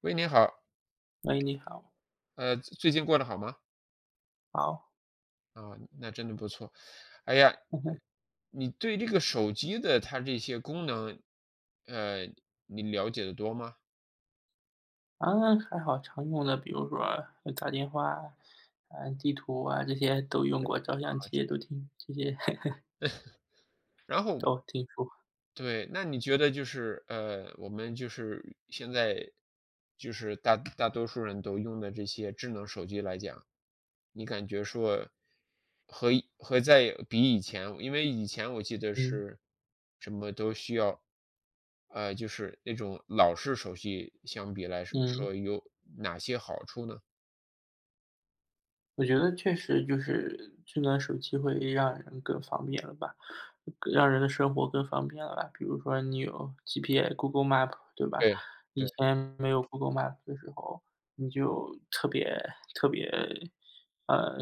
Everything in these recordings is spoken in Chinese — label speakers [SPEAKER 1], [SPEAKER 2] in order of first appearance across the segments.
[SPEAKER 1] 喂，您好，
[SPEAKER 2] 喂，你好。
[SPEAKER 1] 最近过得好吗？
[SPEAKER 2] 好。
[SPEAKER 1] 啊，那真的不错。哎呀，你对这个手机的它这些功能，呃，你了解的多吗？
[SPEAKER 2] 啊，还好常用的，比如说打电话啊、啊地图啊这些都用过，照相机也都挺这些
[SPEAKER 1] 然后
[SPEAKER 2] 都挺熟。
[SPEAKER 1] 对，那你觉得就是我们就是现在就是大多数人都用的这些智能手机来讲，你感觉说和以和在比以前，因为以前我记得
[SPEAKER 2] 嗯
[SPEAKER 1] 是什么都需要，就是那种老式手机相比来说，
[SPEAKER 2] 嗯。
[SPEAKER 1] 说有哪些好处呢？
[SPEAKER 2] 我觉得确实就是智能手机会让人更方便了吧，更让人的生活更方便了吧。比如说你有 GPS、Google Map，对吧？
[SPEAKER 1] 对
[SPEAKER 2] 以
[SPEAKER 1] 对
[SPEAKER 2] 前没有 Google Map 的时候，你就特别特别，呃，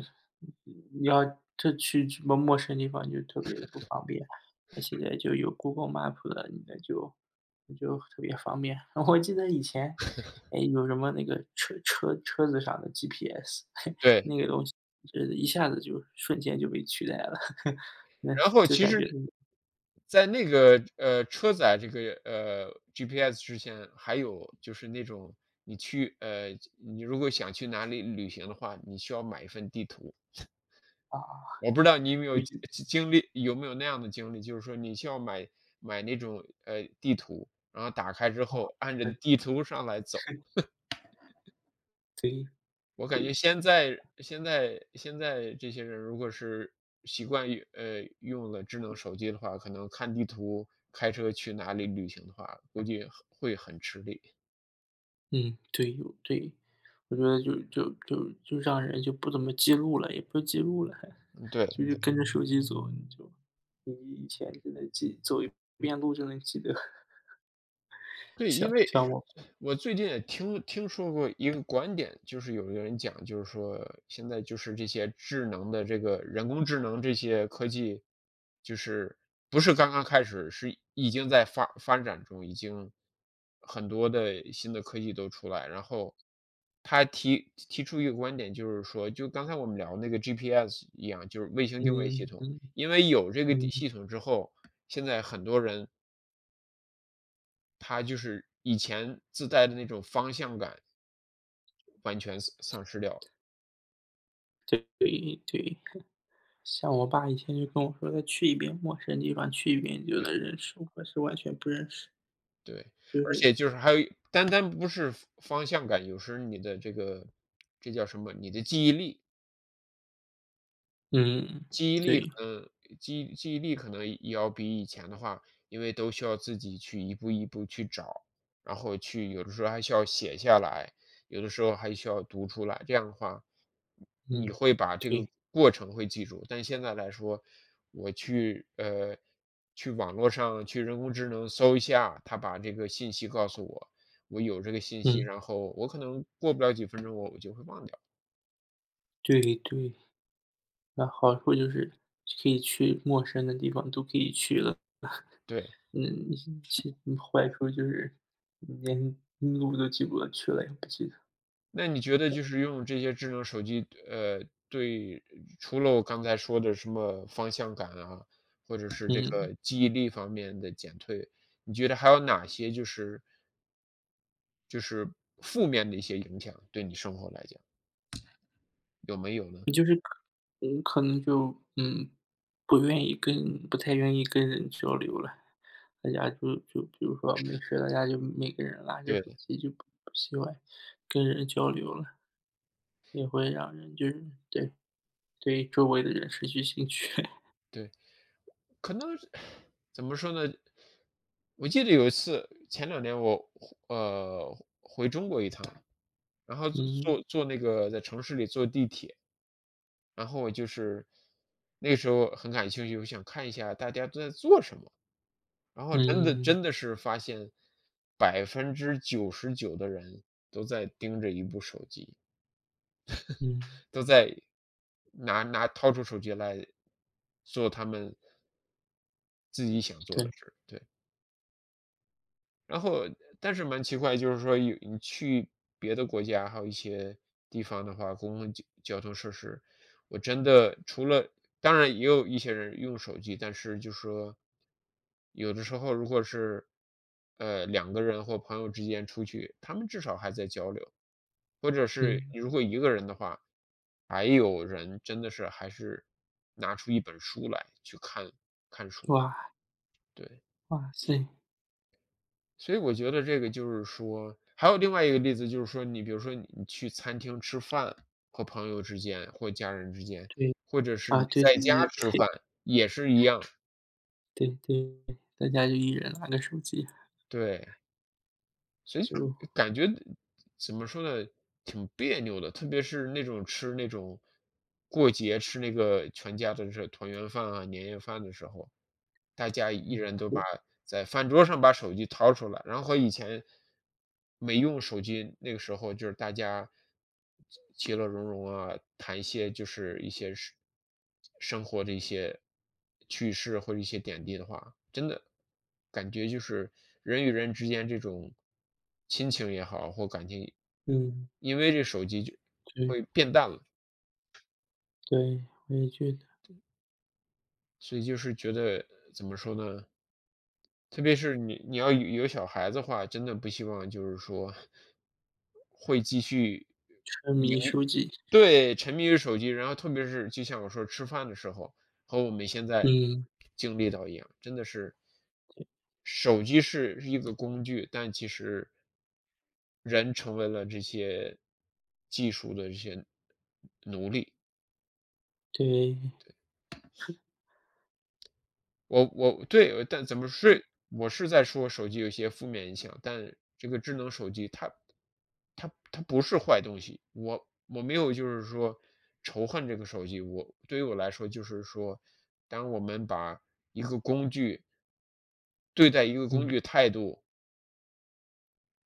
[SPEAKER 2] 你要这去什么陌生地方你就特别的不方便。那现在就有 Google Map 了，你那就特别方便。我记得以前，哎，有什么那个车子上的 GPS。
[SPEAKER 1] 对。
[SPEAKER 2] 那个东西是一下子就瞬间就被取代了，那
[SPEAKER 1] 然后
[SPEAKER 2] 就
[SPEAKER 1] 其
[SPEAKER 2] 感
[SPEAKER 1] 实
[SPEAKER 2] 觉
[SPEAKER 1] 在那个，车载这个，GPS 之前，还有就是那种你去呃，你如果想去哪里旅行的话，你需要买一份地图。
[SPEAKER 2] 啊。
[SPEAKER 1] 我不知道你有没有
[SPEAKER 2] 对
[SPEAKER 1] 经
[SPEAKER 2] 对
[SPEAKER 1] 经历有没有那样的经历，就是说你需要买那种，地图，然后打开之后按着地图上来走。
[SPEAKER 2] 对
[SPEAKER 1] 我感觉
[SPEAKER 2] 对。
[SPEAKER 1] 现在这些人如果是习惯于用了智能手机的话，可能看地图，开车去哪里旅行的话，估计很会很吃力。
[SPEAKER 2] 嗯，对，有对，我觉得就让人就不怎么记录了，也不是记录了还，
[SPEAKER 1] 嗯，对，
[SPEAKER 2] 就是
[SPEAKER 1] 对，
[SPEAKER 2] 跟着手机走，你以前真能记走一遍路就能记得，
[SPEAKER 1] 对，因
[SPEAKER 2] 像
[SPEAKER 1] 为
[SPEAKER 2] 像我，
[SPEAKER 1] 我最近也听说过一个观点，就是有一个人讲，就是说现在就是这些智能的这个人工智能这些科技，就是不是刚刚开始，是已经在发展中，已经很多的新的科技都出来。然后他提出一个观点，就是说，就刚才我们聊那个 GPS 一样，就是卫星定位系
[SPEAKER 2] 嗯
[SPEAKER 1] 统，
[SPEAKER 2] 嗯
[SPEAKER 1] 因为有这个地
[SPEAKER 2] 嗯，
[SPEAKER 1] 系统之后，现在很多人他就是以前自带的那种方向感。完全丧失掉了，
[SPEAKER 2] 对对对，像我爸以前就跟我说，他去一遍陌生地方，去一遍就
[SPEAKER 1] 对
[SPEAKER 2] 能认识，我是完全不认识。
[SPEAKER 1] 对，
[SPEAKER 2] 就
[SPEAKER 1] 而
[SPEAKER 2] 是
[SPEAKER 1] 且就是还有一单不是方向感，有时你的这个这叫什么？你的
[SPEAKER 2] 嗯，
[SPEAKER 1] 记忆力
[SPEAKER 2] 对，
[SPEAKER 1] 可能记忆力可能也要比以前的话，因为都需要自己去一步一步去找，然后去有的时候还需要写下来，有的时候还需要读出来，这样的话，你
[SPEAKER 2] 嗯，
[SPEAKER 1] 会把这个
[SPEAKER 2] 对，
[SPEAKER 1] 过程会记住。但现在来说，我去网络上去人工智能搜一下，它把这个信息告诉我，我有这个信息，
[SPEAKER 2] 嗯，
[SPEAKER 1] 然后我可能过不了几分钟我就会忘掉，
[SPEAKER 2] 对对。那好处就是可以去陌生的地方都可以去了。
[SPEAKER 1] 对。
[SPEAKER 2] 嗯，其坏处就是连路都记不得去了也不记得。
[SPEAKER 1] 那你觉得就是用这些智能手机，对除了我刚才说的什么方向感啊，或者是这
[SPEAKER 2] 嗯，
[SPEAKER 1] 个记忆力方面的减退，你觉得还有哪些就是负面的一些影响，对你生活来讲，有没有呢？
[SPEAKER 2] 你就是可能不太愿意跟人交流了。大家就比如说没事，大家就每个人拿着手
[SPEAKER 1] 对
[SPEAKER 2] 机就不喜欢跟人交流了，也会让人就是对。对周围的人失去兴趣。
[SPEAKER 1] 对，可能怎么说呢？我记得有一次，前两年我呃回然后坐
[SPEAKER 2] 嗯，
[SPEAKER 1] 坐坐那个在城市里坐地铁。然后我就是那个时候很感兴趣，我想看一下大家都在做什么，然后真的
[SPEAKER 2] 嗯，
[SPEAKER 1] 真的是发现99%的人都在盯着一部手机，
[SPEAKER 2] 嗯，
[SPEAKER 1] 都在掏出手机来做他们自己想做的
[SPEAKER 2] 对，
[SPEAKER 1] 事儿，对。然后但是蛮奇怪，就是说有你去别的国家，还有一些地方的话，公共交通设施，我真的除了当然也有一些人用手机，但是就说有的时候如果是，两个人或朋友之间出去，他们至少还在交流。或者是
[SPEAKER 2] 嗯，
[SPEAKER 1] 你如果一个人的话，还有人真的是还是拿出一本书来去看看书，
[SPEAKER 2] 哇，
[SPEAKER 1] 对。
[SPEAKER 2] 哇塞，
[SPEAKER 1] 所以我觉得这个就是说还有另外一个例子就是说，你比如说你去餐厅吃饭，和朋友之间或家人之间，
[SPEAKER 2] 对，
[SPEAKER 1] 或者是
[SPEAKER 2] 啊，
[SPEAKER 1] 你
[SPEAKER 2] 对
[SPEAKER 1] 在
[SPEAKER 2] 对
[SPEAKER 1] 家吃
[SPEAKER 2] 对
[SPEAKER 1] 饭，也是一样，
[SPEAKER 2] 对对对，大家就一人拿个手机。
[SPEAKER 1] 对。所以就
[SPEAKER 2] 就
[SPEAKER 1] 感觉怎么说呢，挺别扭的，特别是那种过节吃那个全家的这团圆饭啊、年夜饭的时候，大家一
[SPEAKER 2] 嗯，
[SPEAKER 1] 人都把
[SPEAKER 2] 对，
[SPEAKER 1] 在饭桌上把手机掏出来，然后和以前没用手机那个时候，就是大家其乐融融啊，谈一些就是一些事生活的一些趣事或者一些点滴的话，真的感觉就是人与人之间这种亲情也好或感情，
[SPEAKER 2] 嗯，
[SPEAKER 1] 因为这手机就
[SPEAKER 2] 对
[SPEAKER 1] 会变淡了。
[SPEAKER 2] 对，我也觉得
[SPEAKER 1] 所以就是觉得怎么说呢？特别是你要有小孩子的话，真的不希望就是说会继续
[SPEAKER 2] 沉
[SPEAKER 1] 盈
[SPEAKER 2] 迷手机。
[SPEAKER 1] 对，沉迷于手机，然后特别是就像我说吃饭的时候，和我们现在
[SPEAKER 2] 嗯，
[SPEAKER 1] 经历到一样，真的是手机是一个工具，但其实人成为了这些技术的这些奴隶。
[SPEAKER 2] 对，
[SPEAKER 1] 我对，但怎么是我是在说手机有一些负面影响，但这个智能手机它不是坏东西，我没有就是说仇恨这个手机，我对于我来说就是说，当我们把一个工具对待一个工
[SPEAKER 2] 嗯
[SPEAKER 1] 具态度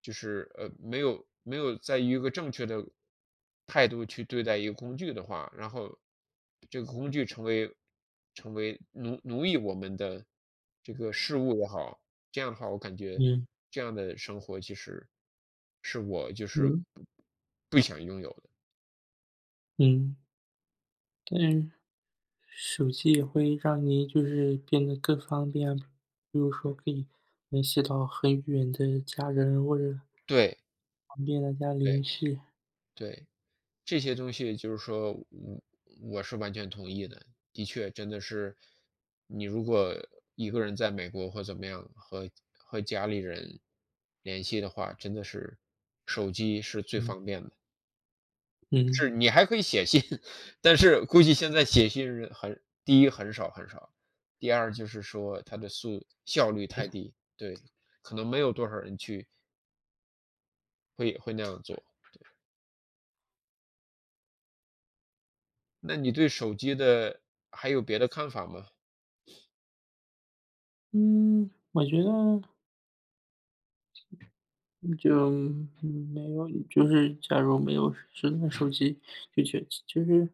[SPEAKER 1] 就是没有在于一个正确的态度去对待一个工具的话，然后这个工具成为奴役我们的这个事物也好，这样的话，我感觉
[SPEAKER 2] 嗯
[SPEAKER 1] 这样的生活其实是我就是
[SPEAKER 2] 嗯
[SPEAKER 1] 不想拥有的。
[SPEAKER 2] 嗯。但是手机也会让你就是变得更方便啊，比如说可以联系到很远的家人或者
[SPEAKER 1] 对
[SPEAKER 2] 方便大家联
[SPEAKER 1] 对
[SPEAKER 2] 系。
[SPEAKER 1] 对。这些东西就是说，我是完全同意的。的确，真的是你如果一个人在美国或怎么样，和家里人联系的话，真的是手机是最
[SPEAKER 2] 嗯
[SPEAKER 1] 方便的。是
[SPEAKER 2] 嗯
[SPEAKER 1] 你还可以写信，但是估计现在写信人第一很少很少，第二就是说它的效率太低，对，可能没有多少人去会那样做。那你对手机的还有别的看法吗？
[SPEAKER 2] 嗯，我觉得就没有就是假如没有智能手机，就是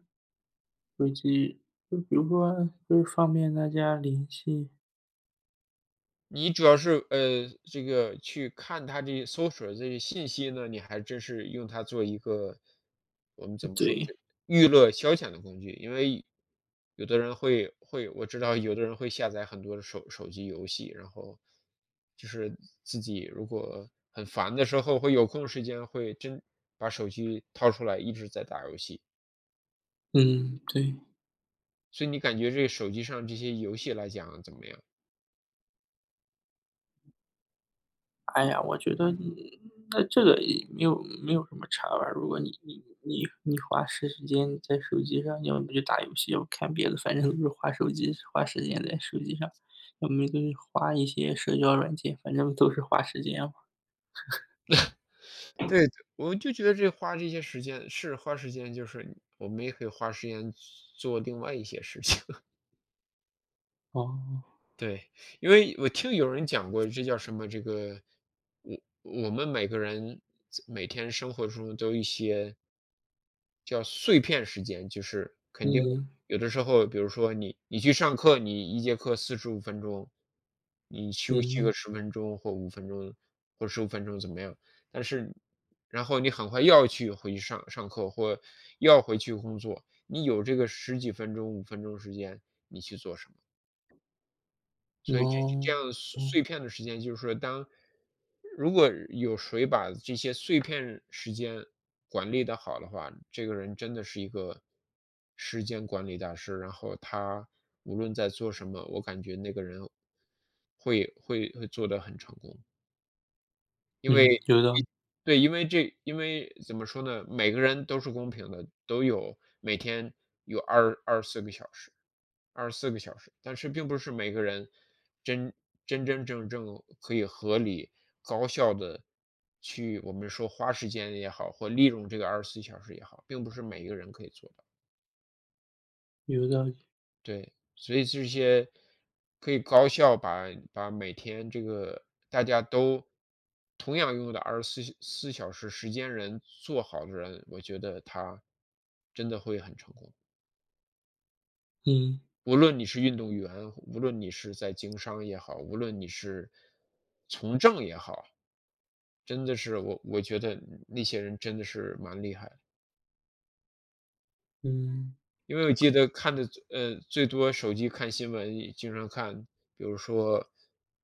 [SPEAKER 2] 手机就比如说就是方便大家联系。
[SPEAKER 1] 你主要是，这个去看它这些搜索的这些信息呢，你还真是用它做一个我们怎么说
[SPEAKER 2] 对，
[SPEAKER 1] 这娱乐消遣的工具。因为有的人我知道有的人会下载很多的手机游戏，然后就是自己如果很烦的时候，会有空时间会真把手机掏出来一直在打游戏。
[SPEAKER 2] 嗯，对。
[SPEAKER 1] 所以你感觉这个手机上这些游戏来讲怎么样？
[SPEAKER 2] 哎呀，我觉得那这个也没有什么差吧。如果你花时间在手机上，要么就打游戏，要看别的，反正都是花时间在手机上，要么就是花一些社交软件，反正都是花时间嘛。
[SPEAKER 1] 对，我就觉得这花这些时间是花时间，就是我们也可以花时间做另外一些事情。
[SPEAKER 2] 哦，
[SPEAKER 1] 对，因为我听有人讲过，这叫什么？这个，我我们每个人每天生活中都有一些叫碎片时间，就是肯定
[SPEAKER 2] 嗯
[SPEAKER 1] 有的时候，比如说你去上课，你一节课45分钟，你休息个
[SPEAKER 2] 嗯，
[SPEAKER 1] 10分钟或五分钟或十五分钟怎么样？但是然后你很快又要去回去上课或又要回去工作，你有这个十几分钟、五分钟时间，你去做什么？所以这这
[SPEAKER 2] 哦，
[SPEAKER 1] 样碎片的时间，就是说当如果有谁把这些碎片时间管理得好的话，这个人真的是一个时间管理大师。然后他无论在做什么，我感觉那个人会做得很成功。因
[SPEAKER 2] 嗯，
[SPEAKER 1] 为
[SPEAKER 2] 有道理，
[SPEAKER 1] 对，因为因为怎么说呢，每个人都是公平的，都有每天有二十四个小时。二十四个小时，但是并不是每个人真真正可以合理、高效的去我们说花时间也好，或利用这个24小时也好，并不是每一个人可以做到。
[SPEAKER 2] 有道理，
[SPEAKER 1] 对，所以这些可以高效把每天这个大家都同样拥有的二十四小时时间人做好的人，我觉得他真的会很成功。
[SPEAKER 2] 嗯
[SPEAKER 1] 无论你是运动员，无论你是在经商也好，无论你是从政也好，真的是我觉得那些人真的是蛮厉害的。
[SPEAKER 2] 嗯
[SPEAKER 1] 因为我记得看的，最多手机看新闻也经常看，比如说，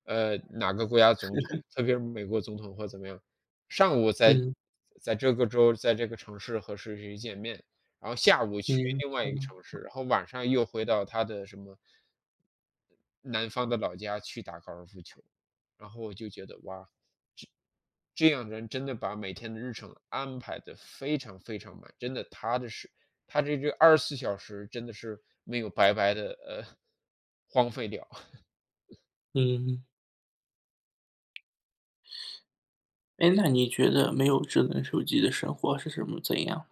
[SPEAKER 1] 哪个国家总统，特别是美国总统或怎么样，上午在
[SPEAKER 2] 嗯
[SPEAKER 1] 在这个州，在这个城市和谁谁见面，然后下午去
[SPEAKER 2] 嗯，
[SPEAKER 1] 另外一个城市，然后晚上又回到他的什么南方的老家去打高尔夫球，然后我就觉得哇，这样人真的把每天的日程安排的非常非常满，真的他的是他这24小时真的是没有白白的，荒废掉。
[SPEAKER 2] 嗯嗯。哎，那你觉得没有智能手机的生活是什么怎样？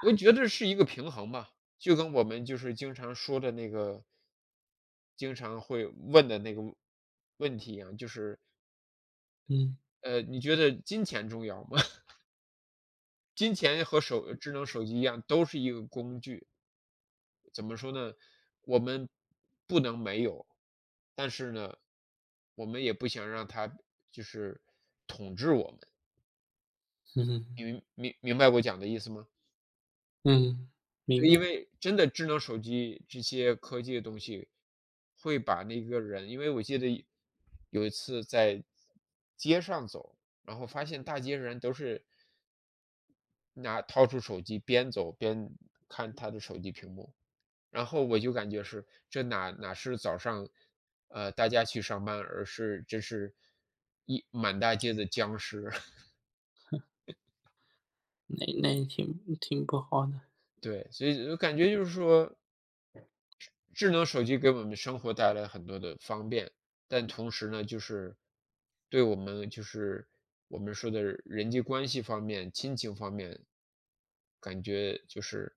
[SPEAKER 1] 我觉得是一个平衡吧，就跟我们就是经常说的那个经常会问的那个问题一样，就是，
[SPEAKER 2] 嗯
[SPEAKER 1] 你觉得金钱重要吗？金钱和智能手机一样，都是一个工具。怎么说呢？我们不能没有，但是呢，我们也不想让它就是统治我们。
[SPEAKER 2] 嗯。
[SPEAKER 1] 你明白我讲的意思吗？
[SPEAKER 2] 嗯，明
[SPEAKER 1] 对，
[SPEAKER 2] 白。
[SPEAKER 1] 因为真的智能手机这些科技的东西，会把那个人，因为我记得有一次在街上走，然后发现大街上人都是拿掏出手机边走边看他的手机屏幕。然后我就感觉是，这哪是早上，大家去上班，而是这是一满大街的僵尸。
[SPEAKER 2] 那也挺不好的。
[SPEAKER 1] 对，所以我感觉就是说，智能手机给我们生活带来很多的方便，但同时呢，就是对我们就是我们说的人际关系方面、亲情方面，感觉就是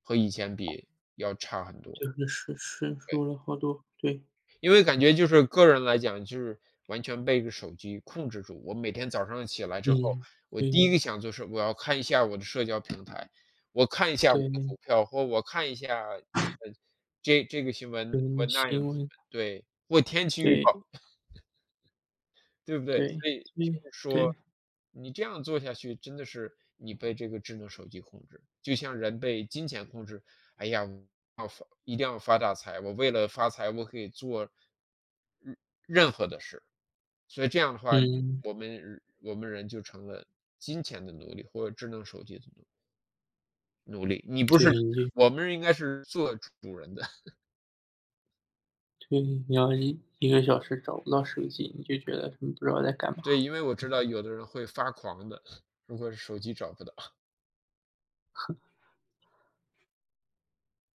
[SPEAKER 1] 和以前比要差很多。
[SPEAKER 2] 就是说了好多。对，
[SPEAKER 1] 因为感觉就是个人来讲，就是完全被一个手机控制住。我每天早上起来之后，
[SPEAKER 2] 嗯，
[SPEAKER 1] 我第
[SPEAKER 2] 对
[SPEAKER 1] 一个想做是我要看一下我的社交平台，我看一下我的
[SPEAKER 2] 对，
[SPEAKER 1] 股票，或我看一下，这个新闻
[SPEAKER 2] 有什
[SPEAKER 1] 或
[SPEAKER 2] 么
[SPEAKER 1] 那样的
[SPEAKER 2] 新
[SPEAKER 1] 新
[SPEAKER 2] 闻，
[SPEAKER 1] 闻，对，或天气预
[SPEAKER 2] 对
[SPEAKER 1] 报。对不对？
[SPEAKER 2] 对
[SPEAKER 1] 所以就
[SPEAKER 2] 对
[SPEAKER 1] 是说，
[SPEAKER 2] 对，
[SPEAKER 1] 你这样做下去，真的是你被这个智能手机控制，就像人被金钱控制。哎呀，我要发一定要发大财，我为了发财，我可以做任任何的事。所以这样的话，
[SPEAKER 2] 嗯，
[SPEAKER 1] 我们人就成了金钱的奴隶，或者智能手机的奴隶。你不是
[SPEAKER 2] 对，你就
[SPEAKER 1] 我们应该是做主人的，
[SPEAKER 2] 对，你要一个小时找不到手机，你就觉得你不知道在干嘛，
[SPEAKER 1] 对，因为我知道有的人会发狂的，如果是手机找不到。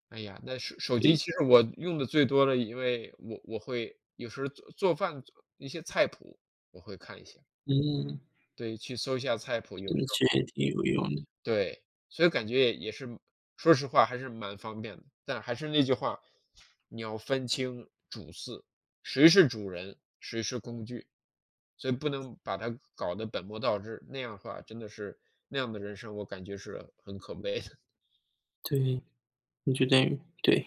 [SPEAKER 1] 哎呀，那手手
[SPEAKER 2] 所
[SPEAKER 1] 机
[SPEAKER 2] 以，
[SPEAKER 1] 其实我用的最多的，因为我会有时候做做饭做一些菜谱，我会看一下，
[SPEAKER 2] 嗯，
[SPEAKER 1] 对，去搜一下菜谱，有时
[SPEAKER 2] 真的
[SPEAKER 1] 候
[SPEAKER 2] 其实也挺有用的。
[SPEAKER 1] 对，所以感觉也是说实话还是蛮方便的。但还是那句话，你要分清主次，谁是主人，谁是工具，所以不能把它搞得本末倒置，那样的话真的是那样的人生，我感觉是很可悲的。
[SPEAKER 2] 对，你就等于对。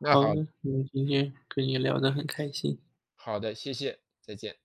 [SPEAKER 1] 那
[SPEAKER 2] 好
[SPEAKER 1] 好
[SPEAKER 2] 的，我今天跟你聊得很开心。
[SPEAKER 1] 好的，谢谢，再见。